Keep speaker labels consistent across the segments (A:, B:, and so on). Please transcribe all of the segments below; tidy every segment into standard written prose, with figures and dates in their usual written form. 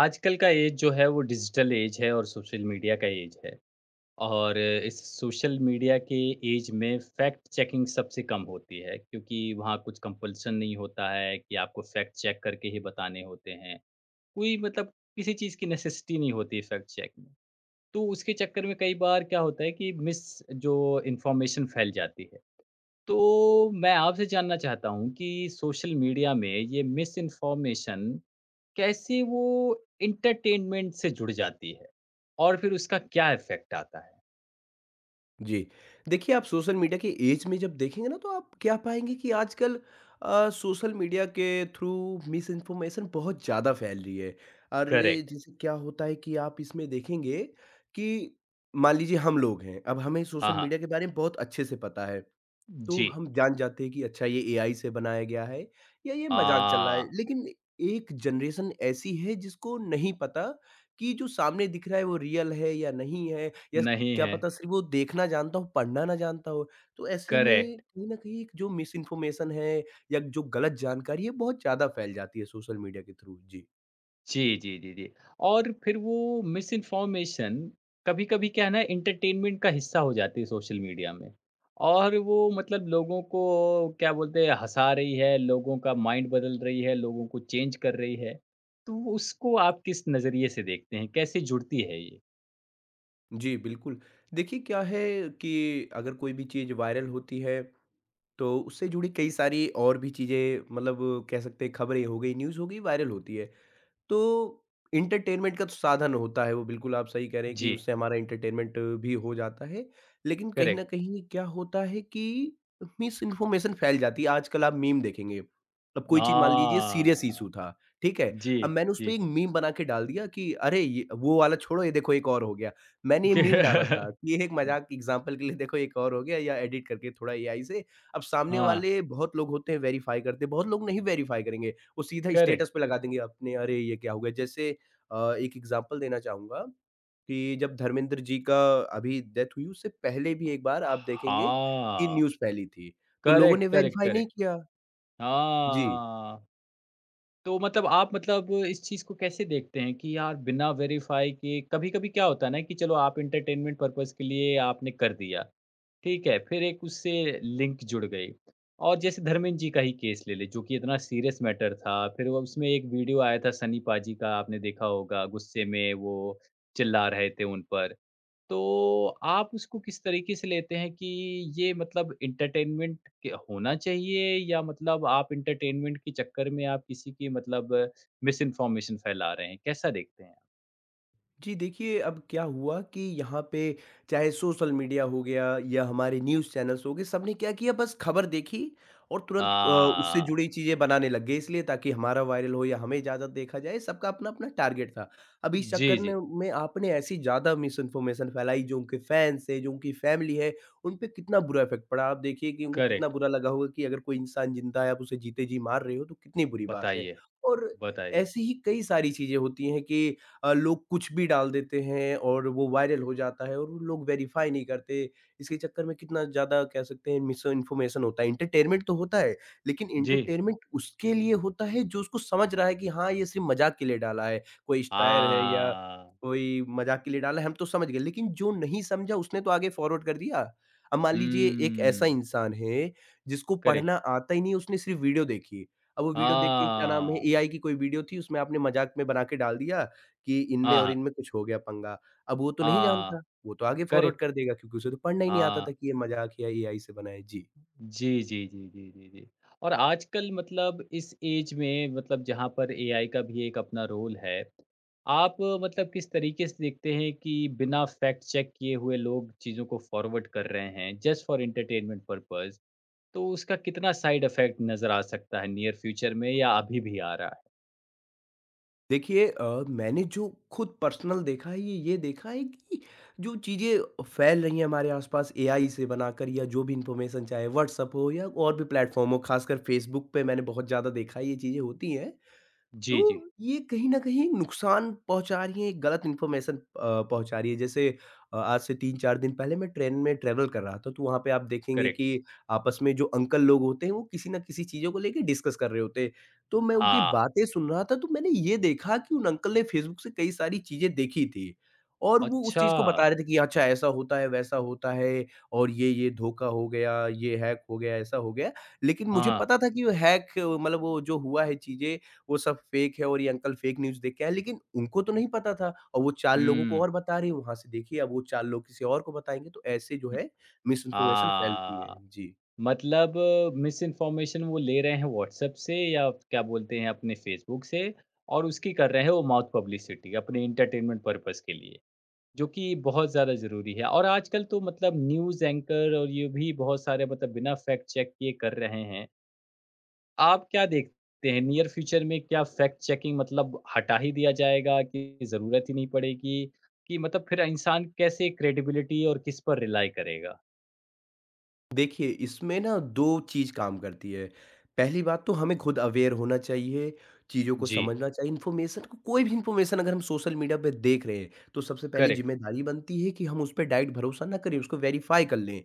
A: आजकल का एज जो है वो डिजिटल एज है और सोशल मीडिया का एज है। और इस सोशल मीडिया के एज में फैक्ट चेकिंग सबसे कम होती है, क्योंकि वहाँ कुछ कंपल्सन नहीं होता है कि आपको फैक्ट चेक करके ही बताने होते हैं। कोई मतलब किसी चीज़ की नेसेसिटी नहीं होती फैक्ट चेक में। तो उसके चक्कर में कई बार क्या होता है कि मिस जो इन्फॉर्मेशन फैल जाती है। तो मैं आपसे जानना चाहता हूँ कि सोशल मीडिया में ये मिस कैसे वो एंटरटेनमेंट से जुड़ जाती है? और फिर उसका क्या इफ़ेक्ट आता है?
B: जी। देखिए, आप सोशल मीडिया के ऐज में जब देखेंगे ना, तो आप क्या पाएँगे कि आजकल सोशल मीडिया के थ्रू मिस इन्फॉर्मेशन बहुत ज़्यादा फैल रही है। और ये
A: करेक्ट,
B: जैसे क्या होता है कि आप इसमें देखेंगे कि मान लीजिए हम लोग हैं, अब हमें
A: हाँ,
B: सोशल
A: हाँ,
B: मीडिया के बारे में बहुत अच्छे से पता है। तो
A: जी।
B: हम जान जाते हैं कि अच्छा ये एआई से बनाया गया है या ये मज़ाक चल रहा है।
A: आ,
B: लेकिन एक जनरेशन ऐसी है जिसको नहीं पता कि जो सामने दिख रहा है वो रियल है या नहीं है, या
A: नहीं
B: क्या
A: है,
B: पता सिर्फ़ वो देखना जानता हो, पढ़ना ना जानता हो। तो ऐसे में
A: करेक्ट।
B: कहीं न कहीं एक जो मिस इन्फॉर्मेशन है या जो गलत जानकारी है, बहुत ज़्यादा फैल जाती है सोशल मीडिया के थ्रू। जी।
A: जी, जी, जी, जी। और फिर वो मिसइन्फॉर्मेशन कभी-कभी क्या है ना एंटरटेनमेंट का हिस्सा हो जाती है सोशल मीडिया में। और वो मतलब लोगों को क्या बोलते हैं हँसा रही है, लोगों का माइंड बदल रही है, लोगों को चेंज कर रही है। तो उसको आप किस नज़रिए से देखते हैं? कैसे जुड़ती है ये?
B: जी, बिल्कुल। देखिए क्या है कि अगर कोई भी चीज़ वायरल होती है, तो उससे जुड़ी कई सारी और भी चीज़ें, मतलब कह सकते हैं खबरें हो गई, न्यूज़ हो गई, वायरल होती है। तो एंटरटेनमेंट का तो साधन होता है वो, बिल्कुल आप सही कह रहे हैं कि
A: जी,
B: उससे हमारा एंटरटेनमेंट भी हो जाता है। लेकिन कहीं न
A: करेक्ट।
B: कहीं क्या होता है कि मिस इन्फॉर्मेशन फैल जाती है। आजकल आप मीम देखेंगे, अब कोई चीज़ मान लीजिए सीरियस
A: हाँ,
B: इश्यू था, ठीक है?
A: जी,
B: अब मैंने उसमें
A: जी।
B: एक मीम बना के डाल दिया कि अरे ये वो वाला छोड़ो, ये देखो एक और हो गया। मैंने ये मीम डाला था कि ये एक मज़ाक, एग्ज़ाम्पल के लिए, देखो एक और हो गया या एडिट करके थोड़ा एआई से। अब सामने
A: हाँ,
B: वाले बहुत लोग होते हैं वेरीफ़ाई करते हैं, बहुत लोग नहीं वेरीफ़ाई करेंगे। वो सीधा
A: करेक्ट।
B: स्टेटस पे लगा देंगे अपने, अरे ये क्या हो गया? जैसे एक एग्ज़ाम्पल देना चाहूँगा कि जब धर्मेंद्र जी का अभी डेथ हुई उससे पहले भी एक बार आप देखेंगे कि
A: हाँ,
B: न्यूज़ फैली थी। तो लोगों
A: करेक्ट,
B: ने
A: करेक्ट,
B: वेरीफ़ाई नहीं
A: करेक्ट।
B: किया। जी।
A: हाँ, तो मतलब आप मतलब इस चीज़ को कैसे देखते हैं कि यार बिना वेरीफ़ाई के कभी-कभी क्या होता है ना कि चलो आप एंटरटेनमेंट पर्पज़ के लिए आपने कर दिया। ठीक है, फिर एक उससे लिंक जुड़ गई। और जैसे धर्मेंद्र जी का ही केस ले लें, जो कि इतना सीरियस मैटर था, फिर वो उसमें एक वीडियो आया था सनी पाजी का, आपने देखा होगा, गुस्से में वो चिल्ला रहे थे उन पर। तो आप उसको किस तरीके से लेते हैं कि ये मतलब एंटरटेनमेंट के होना चाहिए, या मतलब आप एंटरटेनमेंट के चक्कर में आप किसी की मतलब मिस इन्फॉर्मेशन फैला रहे हैं? कैसा देखते हैं आप?
B: जी देखिए, अब क्या हुआ कि यहाँ पे चाहे सोशल मीडिया हो गया या हमारे न्यूज़ चैनल्स हो गए, सबने क्या किया, बस खबर देखी और तुरंत उससे
A: आ,
B: जुड़ी चीज़ें बनाने लग गए, इसलिए ताकि हमारा वायरल हो या हमें ज़्यादा देखा जाए, सबका अपना-अपना टारगेट था। अब इस
A: जी,
B: चक्कर ने
A: जी,
B: में आपने ऐसी ज़्यादा मिस इन्फॉर्मेशन फैलाई, जो उनके फैन्स हैं, जो उनकी फैमिली है, उन पे कितना बुरा इफ़ेक्ट पड़ा। आप देखिए कि उनको कितना
A: करेक्ट।
B: बुरा लगा होगा, कि अगर कोई इंसान ज़िंदा है, आप उसे जीते जी मार रहे हो, तो कितनी बुरी बात है।
A: बताइए,
B: और
A: बताइए।
B: ऐसी ही कई सारी चीज़ें होती हैं कि लोग कुछ भी डाल देते हैं और वो वायरल हो जाता है और वो लोग वेरीफाई नहीं करते। इसके चक्कर में कितना ज़्यादा, कह सकते हैं, मिस इन्फॉर्मेशन होता है। एंटरटेनमेंट तो होता है, लेकिन
A: जी।
B: एंटरटेनमेंट उसके लिए होता है जो उसको समझ रहा है कि हाँ, ये सिर्फ़ मज़ाक के लिए डाला है। कोई
A: आ,
B: स्टायर है या कोई मज़ाक के लिए डाला है, हम तो समझ गए। लेकिन जो नहीं समझा उसने तो आगे फॉरवर्ड कर दिया। अब मान लीजिए एक ऐसा
A: हम्म,
B: इंसान है जिसको पढ़ना
A: करेक्ट,
B: आता ही नहीं है, उसने सिर्फ़ वीडियो देखी। अब वो वीडियो देख के,
A: आ,
B: क्या नाम है, एआई की कोई वीडियो थी, उसमें आपने मज़ाक में बना के डाल दिया कि इनमें और
A: आहा,
B: इनमें कुछ हो गया पंगा। अब वो तो नहीं
A: आ,
B: जानता, वो तो आगे फॉरवर्ड
A: करेक्ट,
B: कर देगा क्योंकि उसे तो पढ़ना ही नहीं आता
A: आ,
B: था कि ये मज़ाक या एआई से बना है। जी।
A: जी, जी, जी, जी, जी, जी। और आजकल मतलब इस ऐज में मतलब जहाँ पर एआई का भी एक अपना रोल है, आप मतलब किस तरीके से देखते हैं कि बिना फैक्ट चेक किए हुए लोग चीज़ों को फॉरवर्ड कर रहे हैं जस्ट फॉर एंटरटेनमेंट पर्पज़, तो उसका कितना साइड इफ़ेक्ट नज़र आ सकता है नियर फ्यूचर में या अभी भी आ रहा है?
B: देखिए मैंने जो खुद पर्सनल देखा है, ये देखा है कि जो चीज़ें फैल रही हैं हमारे आसपास एआई से बनाकर, या जो भी इन्फॉर्मेशन चाहे व्हाट्सएप हो या और भी प्लेटफ़ॉर्म हो, ख़ासकर फ़ेसबुक पे मैंने बहुत ज़्यादा देखा है ये चीज़ें होती हैं।
A: जी,
B: तो
A: जी,
B: ये कहीं न कहीं नुकसान पहुँचा रही है, एक गलत इन्फॉर्मेशन पहुँचा रही है। जैसे आज से 3-4 दिन पहले मैं ट्रेन में ट्रैवल कर रहा था, तो वहाँ पे आप देखेंगे
A: करेक्ट,
B: कि आपस में जो अंकल लोग होते हैं, वो किसी न किसी चीज़ों को लेके डिस्कस कर रहे होते हैं। तो मैं उनकी
A: हाँ।
B: बातें सुन रहा था, तो मैंने ये देखा कि उन अंकल ने फेसबुक से कई सारी चीज़ें देखी थी और वो उस
A: अच्छा!
B: चीज़ को बता रहे थे कि अच्छा ऐसा होता है, वैसा होता है, और ये-ये धोखा हो गया, ये हैक हो गया, ऐसा हो गया। लेकिन
A: हाँ,
B: मुझे
A: हाँ।
B: पता था कि वो हैक, मतलब वो जो हुआ है चीज़ें, वो सब फेक है और ये अंकल फेक न्यूज़ देख के आए हैं, लेकिन उनको तो नहीं पता था और वो 4 लोगों को
A: हुँ,
B: और बता रहे हैं, वहाँ से देखिए अब वो 4 लोग किसी और को बताएँगे, तो ऐसे जो
A: हुँ।
B: है मिसइन्फॉर्मेशन फैलती है।
A: हाँ,
B: जी।
A: मतलब मिसइन्फॉर्मेशन वो ले रहे हैं व्हाट्सएप से या क्या बोलते हैं अपने फ़ेसबुक से और उसकी कर रहे हैं वो माउथ पब्लिसिटी अपने एंटरटेनमेंट पर्पज़ के लिए, जो कि बहुत ज़्यादा ज़रूरी है। और आजकल तो मतलब न्यूज़ एंकर और ये भी बहुत सारे मतलब बिना फैक्ट चेक किए कर रहे हैं। आप क्या देखते हैं नियर फ्यूचर में क्या फैक्ट चेकिंग मतलब हटा ही दिया जाएगा कि ज़रूरत ही नहीं पड़ेगी? कि मतलब फिर इंसान कैसे क्रेडिबिलिटी और किस पर रिलाय करेगा?
B: देखिए, इसमें ना 2 चीज़ काम करती है। पहली बात, तो हमें खुद अवेयर होना चाहिए, चीज़ों को
A: जी,
B: समझना चाहिए, इन्फॉर्मेशन को, कोई भी इन्फॉर्मेशन अगर हम सोशल मीडिया पे देख रहे हैं, तो सबसे पहली
A: करेक्ट।
B: ज़िम्मेदारी बनती है कि हम उस पे डायरेक्ट भरोसा ना करें, उसको वेरीफ़ाई कर लें।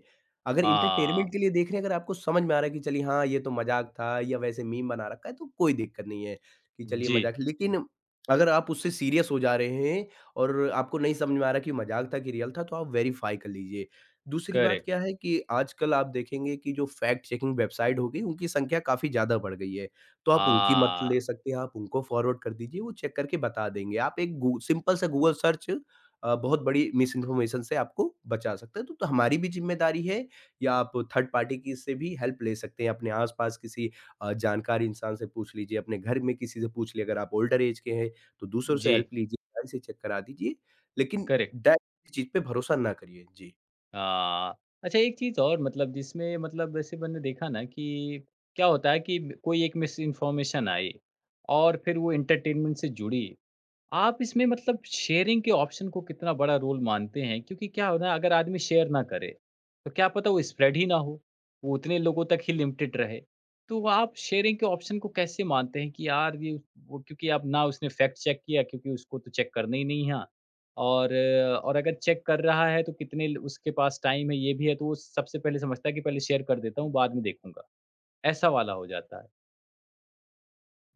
B: अगर एंटरटेनमेंट
A: हाँ,
B: के लिए देख रहे हैं, अगर आपको समझ में आ रहा है कि चलिए हाँ, ये तो मज़ाक था या वैसे मीम बना रखा है, तो कोई दिक्कत नहीं है कि चलिए
A: जी,
B: मज़ाक, लेकिन अगर आप उससे सीरियस हो जा रहे हैं और आपको नहीं समझ में आ रहा कि मज़ाक था कि रियल था, तो आप वेरीफ़ाई कर लीजिए। दूसरी बात
A: करेक्ट।
B: क्या है कि आजकल आप देखेंगे कि जो फैक्ट चेकिंग वेबसाइट हो गई, उनकी संख्या काफ़ी ज़्यादा बढ़ गई है। तो आप उनकी मत ले
A: हाँ,
B: सकते हैं, आप उनको फॉरवर्ड कर दीजिए, वो चेक करके बता देंगे। आप एक गू सिंपल सा गूगल सर्च बहुत बड़ी मिसइन्फॉर्मेशन से आपको बचा सकता है। तो हमारी भी ज़िम्मेदारी है, या आप थर्ड पार्टी की से भी हेल्प ले सकते हैं। अपने आस-पास किसी जानकार इंसान से पूछ लीजिए, अपने घर में किसी से पूछ लिए, अगर आप ओल्डर एज के हैं, तो दूसरों से
A: जी,
B: हेल्प लीजिए, गाड़ी से चेक करा दीजिए। लेकिन
A: करेक्ट।
B: डायरेक्ट चीज़ पे भरोसा ना करिए। जी।
A: हाँ। अच्छा एक चीज़ और मतलब जिसमें मतलब वैसे मैंने देखा ना कि क्या होता है कि कोई एक मिस इन्फॉर्मेशन आई और फिर वो एंटरटेनमेंट से जुड़ी, आप इसमें मतलब शेयरिंग के ऑप्शन को कितना बड़ा रोल मानते हैं? क्योंकि क्या हो ना अगर आदमी शेयर ना करे, तो क्या पता वो स्प्रेड ही ना हो, वो उतने लोगों तक ही लिमिटेड रहे। तो आप शेयरिंग के ऑप्शन को कैसे मानते हैं कि यार ये वो क्योंकि आप ना उसने फैक्ट चेक किया क्योंकि उसको तो चेक करना ही नहीं है। और और अगर चेक कर रहा है तो कितने ल उसके पास टाइम है ये भी है, तो वो सबसे पहले समझता है कि पहले शेयर कर देता हूँ बाद में देखूँगा, ऐसा वाला हो जाता है।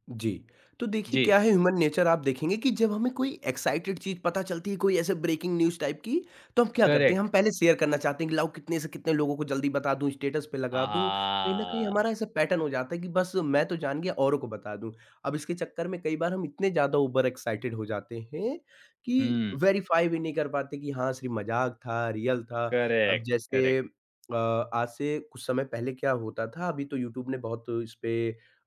B: जी, तो देखिए क्या
A: जी,
B: है, ह्यूमन नेचर आप देखेंगे कि जब हमें कोई एक्साइटेड चीज़ पता चलती है, कोई ऐसे ब्रेकिंग न्यूज़ टाइप की, तो हम क्या करते हैं, हम
A: करेक्ट।
B: पहले शेयर करना चाहते हैं कि लाओ कितने से कितने लोगों को जल्दी बता दूँ, स्टेटस पे लगा दूँ। कहीं न कहीं
A: आ,
B: हमारा ऐसा पैटर्न हो जाता है कि बस मैं तो जान गया, औरों को बता दूँ। अब इसके चक्कर में कई बार हम इतने ज़्यादा ओवर एक्साइटेड हो जाते हैं कि
A: हुँ।
B: वेरीफ़ाई भी नहीं कर पाते कि हाँ, सिर्फ़ मज़ाक था, रियल था। अब
A: करेक्ट,
B: जैसे
A: करेक्ट।
B: अ, आज से कुछ समय पहले क्या होता था, अभी तो यूट्यूब ने बहुत इस पे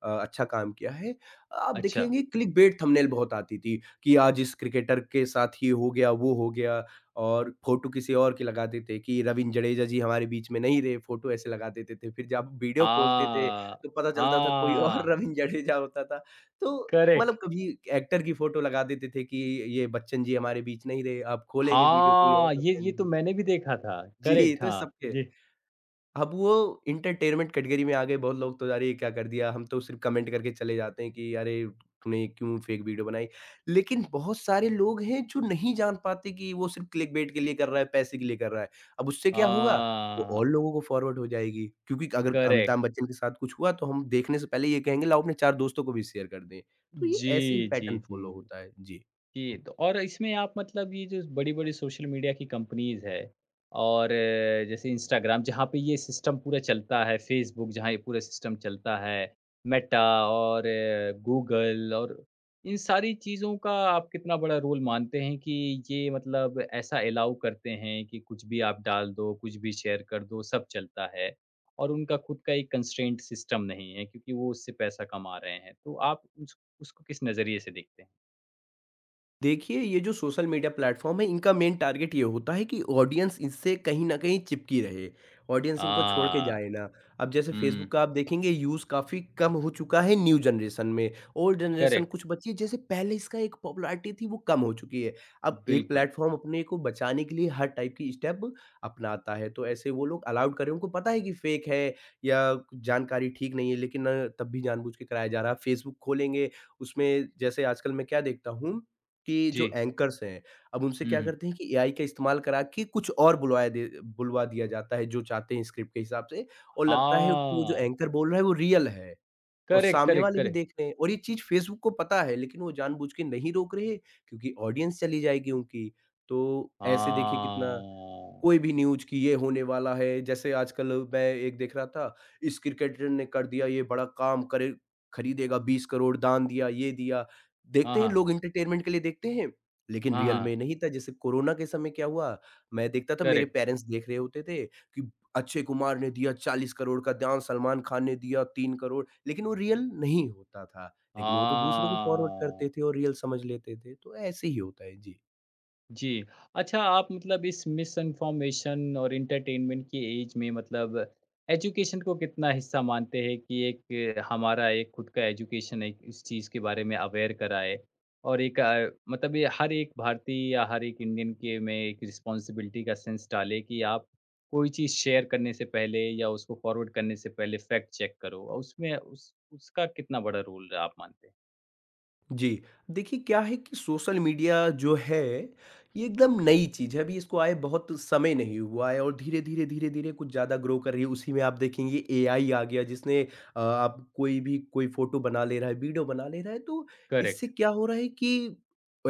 B: अच्छा काम किया है। आप
A: अच्छा,
B: देखेंगे क्लिकबेट थंबनेल बहुत आती थी कि आज इस क्रिकेटर के साथ ये हो गया, वो हो गया, और फोटो किसी और की लगाते थे कि रवींद्र जडेजा जी हमारे बीच में नहीं रहे, फोटो ऐसे लगा देते थे। फिर जब आप वीडियो खोलते थे
A: आ,
B: तो पता चलता था कोई और
A: हाँ,
B: रवींद्र जडेजा होता था। तो
A: करेक्ट।
B: मतलब कभी एक्टर की फोटो लगा देते थे कि ये बच्चन जी हमारे बीच नहीं रहे, आप खोलेंगे वीडियो, कोई और
A: हाँ,
B: बच्चन
A: ये तो
B: जी।
A: मैंने भी देखा था।
B: जी,
A: करेक्ट,
B: तो
A: हाँ,
B: सबके,
A: जी।
B: अब वो एंटरटेनमेंट कैटेगरी में आ गए, बहुत लोग तो अरे ये क्या कर दिया, हम तो सिर्फ़ कमेंट करके चले जाते हैं कि अरे तूने ये क्यों फेक वीडियो बनाई। लेकिन बहुत सारे लोग हैं जो नहीं जान पाते कि वो सिर्फ़ क्लिकबेट के लिए कर रहा है, पैसे के लिए कर रहा है। अब उससे क्या होगा? वो और
A: हाँ,
B: लोगों को फॉरवर्ड हो जाएगी क्योंकि अगर अमिताभ
A: करेक्ट।
B: बच्चन के साथ कुछ हुआ तो हम देखने से पहले ये कहेंगे लाओ अपने 4 दोस्तों को भी शेयर कर दें। तो ये ऐसे ही
A: जी,
B: पैटर्न
A: जी, जी।
B: फ़ॉलो होता है। जी।
A: जी, तो और इसमें आप मतलब ये जो बड़ी-बड़ी सोशल मीडिया की कंपनीज़ है और जैसे इंस्टाग्राम जहाँ पे ये सिस्टम पूरा चलता है, फेसबुक जहाँ ये पूरा सिस्टम चलता है, मेटा और गूगल और इन सारी चीज़ों का आप कितना बड़ा रोल मानते हैं कि ये मतलब ऐसा एलाउ करते हैं कि कुछ भी आप डाल दो, कुछ भी शेयर कर दो, सब चलता है और उनका खुद का एक कंस्ट्रेंट सिस्टम नहीं है क्योंकि वो उससे पैसा कमा रहे हैं। तो आप उस उसको किस नज़रिए से देखते हैं?
B: देखिए, ये जो सोशल मीडिया प्लेटफ़ॉर्म है, इनका मेन टारगेट ये होता है कि ऑडियंस इससे कहीं न कहीं चिपकी रहे, ऑडियंस इनको छोड़ के
A: आ
B: जाए ना। अब जैसे फ़ेसबुक
A: हुँ,
B: का आप देखेंगे यूज़ काफ़ी कम हो चुका है न्यू जनरेशन में, ओल्ड जनरेशन
A: करेक्ट,
B: कुछ बची है। जैसे पहले इसका एक पॉपुलैरिटी थी वो कम हो चुकी है। अब एक
A: बिल्कुल,
B: प्लेटफ़ॉर्म अपने को बचाने के लिए हर टाइप की स्टेप अपनाता है, तो ऐसे वो लोग अलाउड कर रहे हैं, उनको पता है कि फ़ेक है या जानकारी ठीक नहीं है, लेकिन तब भी जानबूझ के कराया जा रहा है। फ़ेसबुक खोलेंगे उसमें जैसे आजकल मैं क्या देखता हूँ कि
A: जी,
B: जो एंकर्स हैं, अब उनसे
A: हुँ,
B: क्या
A: हुँ।
B: करते हैं कि एआई का इस्तेमाल करा के कुछ और बुलवा दिया जाता है, जो चाहते हैं स्क्रिप्ट के हिसाब से, और लगता है कि वो जो
A: हाँ,
B: एंकर बोल रहा है वो रियल है और
A: करेक्ट,
B: सामने
A: करेक्ट,
B: वाले भी
A: करेक्ट,
B: देख रहे हैं, और ये चीज़ फेसबुक को पता है, लेकिन वो जानबूझ के नहीं रोक रहे क्योंकि ऑडियंस चली जाएगी उनकी। तो ऐसे देखिए कितना
A: हाँ,
B: कोई भी न्यूज़ कि ये होने वाला है, जैसे आजकल मैं एक देख रहा था, इस क्रिकेटर ने कर दिया ये बड़ा काम, करे खरीदेगा 20 करोड़, दान दिया, ये दिया।
A: हाँ,
B: देखते हैं
A: हाँ,
B: लोग एंटरटेनमेंट के लिए देखते हैं, लेकिन
A: हाँ,
B: रियल
A: हाँ,
B: में नहीं था। जैसे कोरोना के समय क्या हुआ, मैं देखता था मेरे
A: करेक्ट,
B: पेरेंट्स देख रहे होते थे कि अक्षय कुमार ने दिया 40 करोड़ का दान, सलमान खान ने दिया 3 करोड़, लेकिन वो रियल नहीं होता था। लेकिन वो तो दूसरों को फॉरवर्ड करते
A: हाँ।
B: थे और रियल समझ लेते थे, तो ऐसे ही होता है। जी।
A: जी। अच्छा आप मतलब इस मिसइन्फॉर्मेशन और एंटरटेनमेंट की ऐज में मतलब एजुकेशन को कितना हिस्सा मानते हैं कि एक हमारा एक खुद का एजुकेशन एक इस चीज़ के बारे में अवेयर कराए, और एक मतलब ये हर एक भारतीय या हर एक इंडियन के में एक रिस्पॉन्सिबिलिटी का सेंस डाले कि आप कोई चीज़ शेयर करने से पहले या उसको फॉरवर्ड करने से पहले फैक्ट चेक करो, और उसमें उस उसका कितना बड़ा रोल आप मानते हैं?
B: जी। देखिए क्या है कि सोशल मीडिया जो है, ये एकदम नई चीज़ है। अभी इसको आए बहुत समय नहीं हुआ है और धीरे-धीरे, धीरे-धीरे कुछ ज़्यादा ग्रो कर रही है। उसी में आप देखेंगे एआई आ गया, जिसने आप कोई भी कोई फ़ोटो बना ले रहा है, वीडियो बना ले रहा है। तो इससे
A: करेक्ट।
B: क्या हो रहा है कि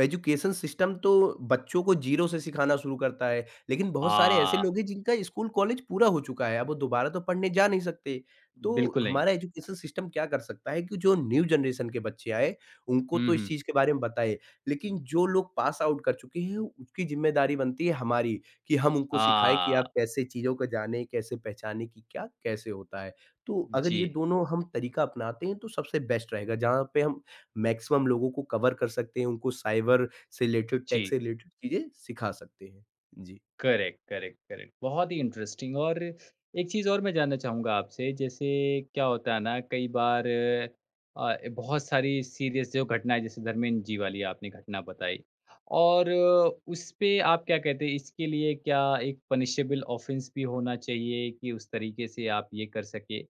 B: एजुकेशन सिस्टम तो बच्चों को ज़ीरो से सिखाना शुरू करता है, लेकिन बहुत सारे ऐसे
A: हाँ,
B: लोग हैं जिनका स्कूल कॉलेज पूरा हो चुका है, अब वो दोबारा तो पढ़ने जा नहीं सकते। तो
A: बिल्कुल नहीं।
B: हमारा एजुकेशन सिस्टम क्या कर सकता है कि जो न्यू जनरेशन के बच्चे आए, उनको
A: हुँ,
B: तो इस
A: हुँ।
B: चीज़ के बारे में बताएँ। लेकिन जो लोग पास आउट कर चुके हैं, उसकी ज़िम्मेदारी बनती है हमारी कि हम उनको सिखाएँ कि
A: हाँ।
B: आप कैसे चीज़ों को जानें, कैसे पहचानें कि क्या कैसे होता है। तो अगर ये
A: जी,
B: दोनों हम तरीका अपनाते हैं, तो सबसे बेस्ट रहेगा, जहाँ पे हम मैक्सिमम लोगों को कवर कर सकते हैं, उनको साइबर से रिलेटेड,
A: जी।
B: टेक से रिलेटेड चीज़ें सिखा सकते हैं। जी।
A: Correct, correct, correct. बहुत ही इंटरेस्टिंग। और एक चीज़ और मैं जानना चाहूँगा आपसे, जैसे क्या होता है ना कई बार बहुत सारी सीरियस जो घटनाएँ जैसे धर्मेंद्र जी वाली आपने घटना बताई, और उस पे आप क्या कहते हैं इसके लिए क्या एक पनिशेबल ऑफ़ेंस भी होना चाहिए कि उस तरीके से आप ये कर सकें?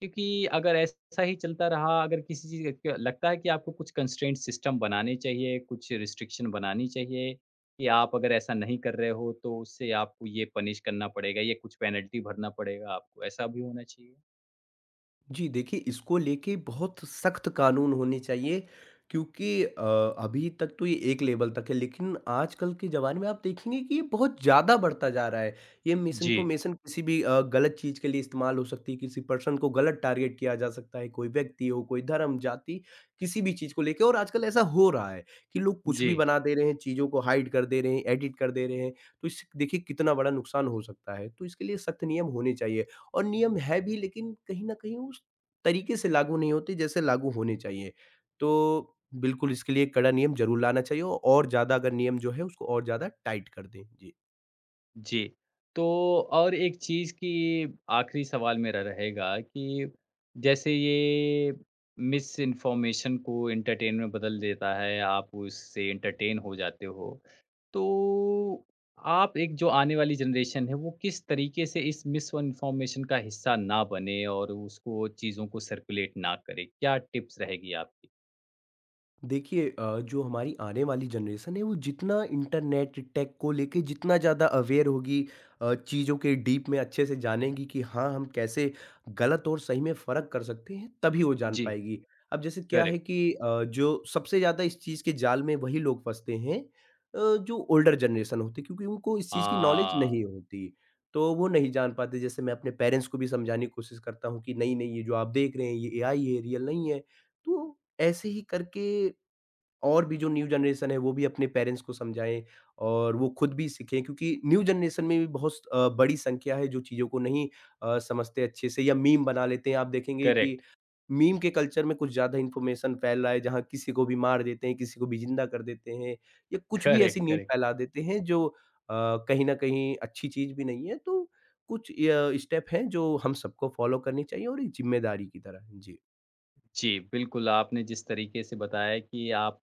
A: क्योंकि अगर ऐसा ही चलता रहा, अगर किसी चीज़ का लगता है कि आपको कुछ कंस्ट्रेंट सिस्टम बनाने चाहिए, कुछ रिस्ट्रिक्शन बनानी चाहिए कि आप अगर ऐसा नहीं कर रहे हो तो उससे आपको ये पनिश करना पड़ेगा, ये कुछ पेनल्टी भरना पड़ेगा आपको, ऐसा भी होना चाहिए?
B: जी, देखिए इसको लेके बहुत सख्त कानून होने चाहिए, क्योंकि अभी तक तो ये एक लेवल तक है, लेकिन आजकल के ज़माने में आप देखेंगे कि ये बहुत ज़्यादा बढ़ता जा रहा है। ये
A: जी,
B: मिसइन्फॉर्मेशन किसी भी गलत चीज़ के लिए इस्तेमाल हो सकती है, किसी पर्सन को गलत टारगेट किया जा सकता है, कोई व्यक्ति हो, कोई धर्म, जाति, किसी भी चीज़ को लेके। और आजकल ऐसा हो रहा है कि लोग कुछ
A: जी,
B: भी बना दे रहे हैं, चीज़ों को हाइड कर दे रहे हैं, एडिट कर दे रहे हैं। तो इससे देखिए कितना बड़ा नुकसान हो सकता है, तो इसके लिए सख्त नियम होने चाहिए। और नियम है भी, लेकिन कहीं न कहीं उस तरीके से लागू नहीं होते जैसे लागू होने चाहिए। तो बिल्कुल इसके लिए कड़ा नियम ज़रूर लाना चाहिए, और ज़्यादा अगर नियम जो है उसको और ज़्यादा टाइट कर दें। जी।
A: जी। तो और एक चीज़ कि आखिरी सवाल मेरा रहेगा कि जैसे ये मिस इन्फॉर्मेशन को एंटरटेन में बदल देता है, आप उससे एंटरटेन हो जाते हो। तो आप एक जो आने वाली जनरेशन है, वो किस तरीके से इस मिसइन्फॉर्मेशन का हिस्सा ना बने और उसको चीज़ों को सर्कुलेट ना करे? क्या टिप्स रहेगी आपकी?
B: देखिए जो हमारी आने वाली जनरेशन है वो जितना इंटरनेट टेक को लेके जितना ज़्यादा अवेयर होगी, चीज़ों के डीप में अच्छे से जानेगी कि हाँ हम कैसे गलत और सही में फ़र्क कर सकते हैं, तभी वो जान
A: जी।
B: पाएगी। अब जैसे क्या है
A: करेक्ट।
B: कि जो सबसे ज़्यादा इस चीज़ के जाल में वही लोग फंसते हैं, जो ओल्डर जनरेशन होती, क्योंकि उनको इस चीज़ की नॉलेज नहीं
A: हाँ,
B: होती। तो वो नहीं जान पाते। जैसे मैं अपने पेरेंट्स को भी समझाने की कोशिश करता हूँ कि नहीं नहीं, ये जो आप देख रहे हैं ये एआई है, रियल नहीं है। तो ऐसे ही करके और भी जो न्यू जनरेशन है वो भी अपने पेरेंट्स को समझाएँ, और वो खुद भी सीखें, क्योंकि न्यू जनरेशन में भी बहुत बड़ी संख्या है जो चीज़ों को नहीं समझते अच्छे से, या मीम बना लेते हैं। आप देखेंगे कि
A: करेक्ट,
B: मीम के कल्चर में कुछ ज़्यादा इन्फॉर्मेशन फैल रहा है, जहाँ किसी को भी मार देते हैं, किसी को भी ज़िंदा कर देते हैं, या कुछ भी ऐसी
A: करेक्ट,
B: न्यूज़
A: करेक्ट।
B: फैला देते हैं जो कहीं न कहीं अच्छी चीज़ भी नहीं है। तो कुछ य स्टेप हैं जो हम सबको फॉलो करनी चाहिए, और एक ज़िम्मेदारी की तरह। जी।
A: जी, बिल्कुल, आपने जिस तरीके से बताया कि आप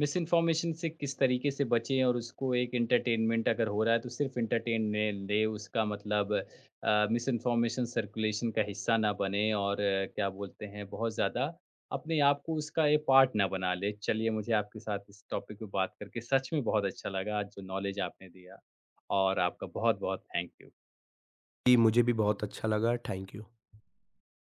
A: मिसइन्फॉर्मेशन से किस तरीके से बचें और उसको एक एंटरटेनमेंट अगर हो रहा है, तो सिर्फ़ एंटरटेन ने ले, उसका मतलब मिसइन्फॉर्मेशन सर्कुलेशन का हिस्सा ना बने और क्या बोलते हैं, बहुत ज़्यादा अपने आप को उसका ए पार्ट ना बना ले। चलिए, मुझे आपके साथ इस टॉपिक पे बात करके सच में बहुत अच्छा लगा, आज जो नॉलेज आपने दिया और आपका बहुत-बहुत थैंक यू।
B: जी, मुझे भी बहुत अच्छा लगा। Thank you.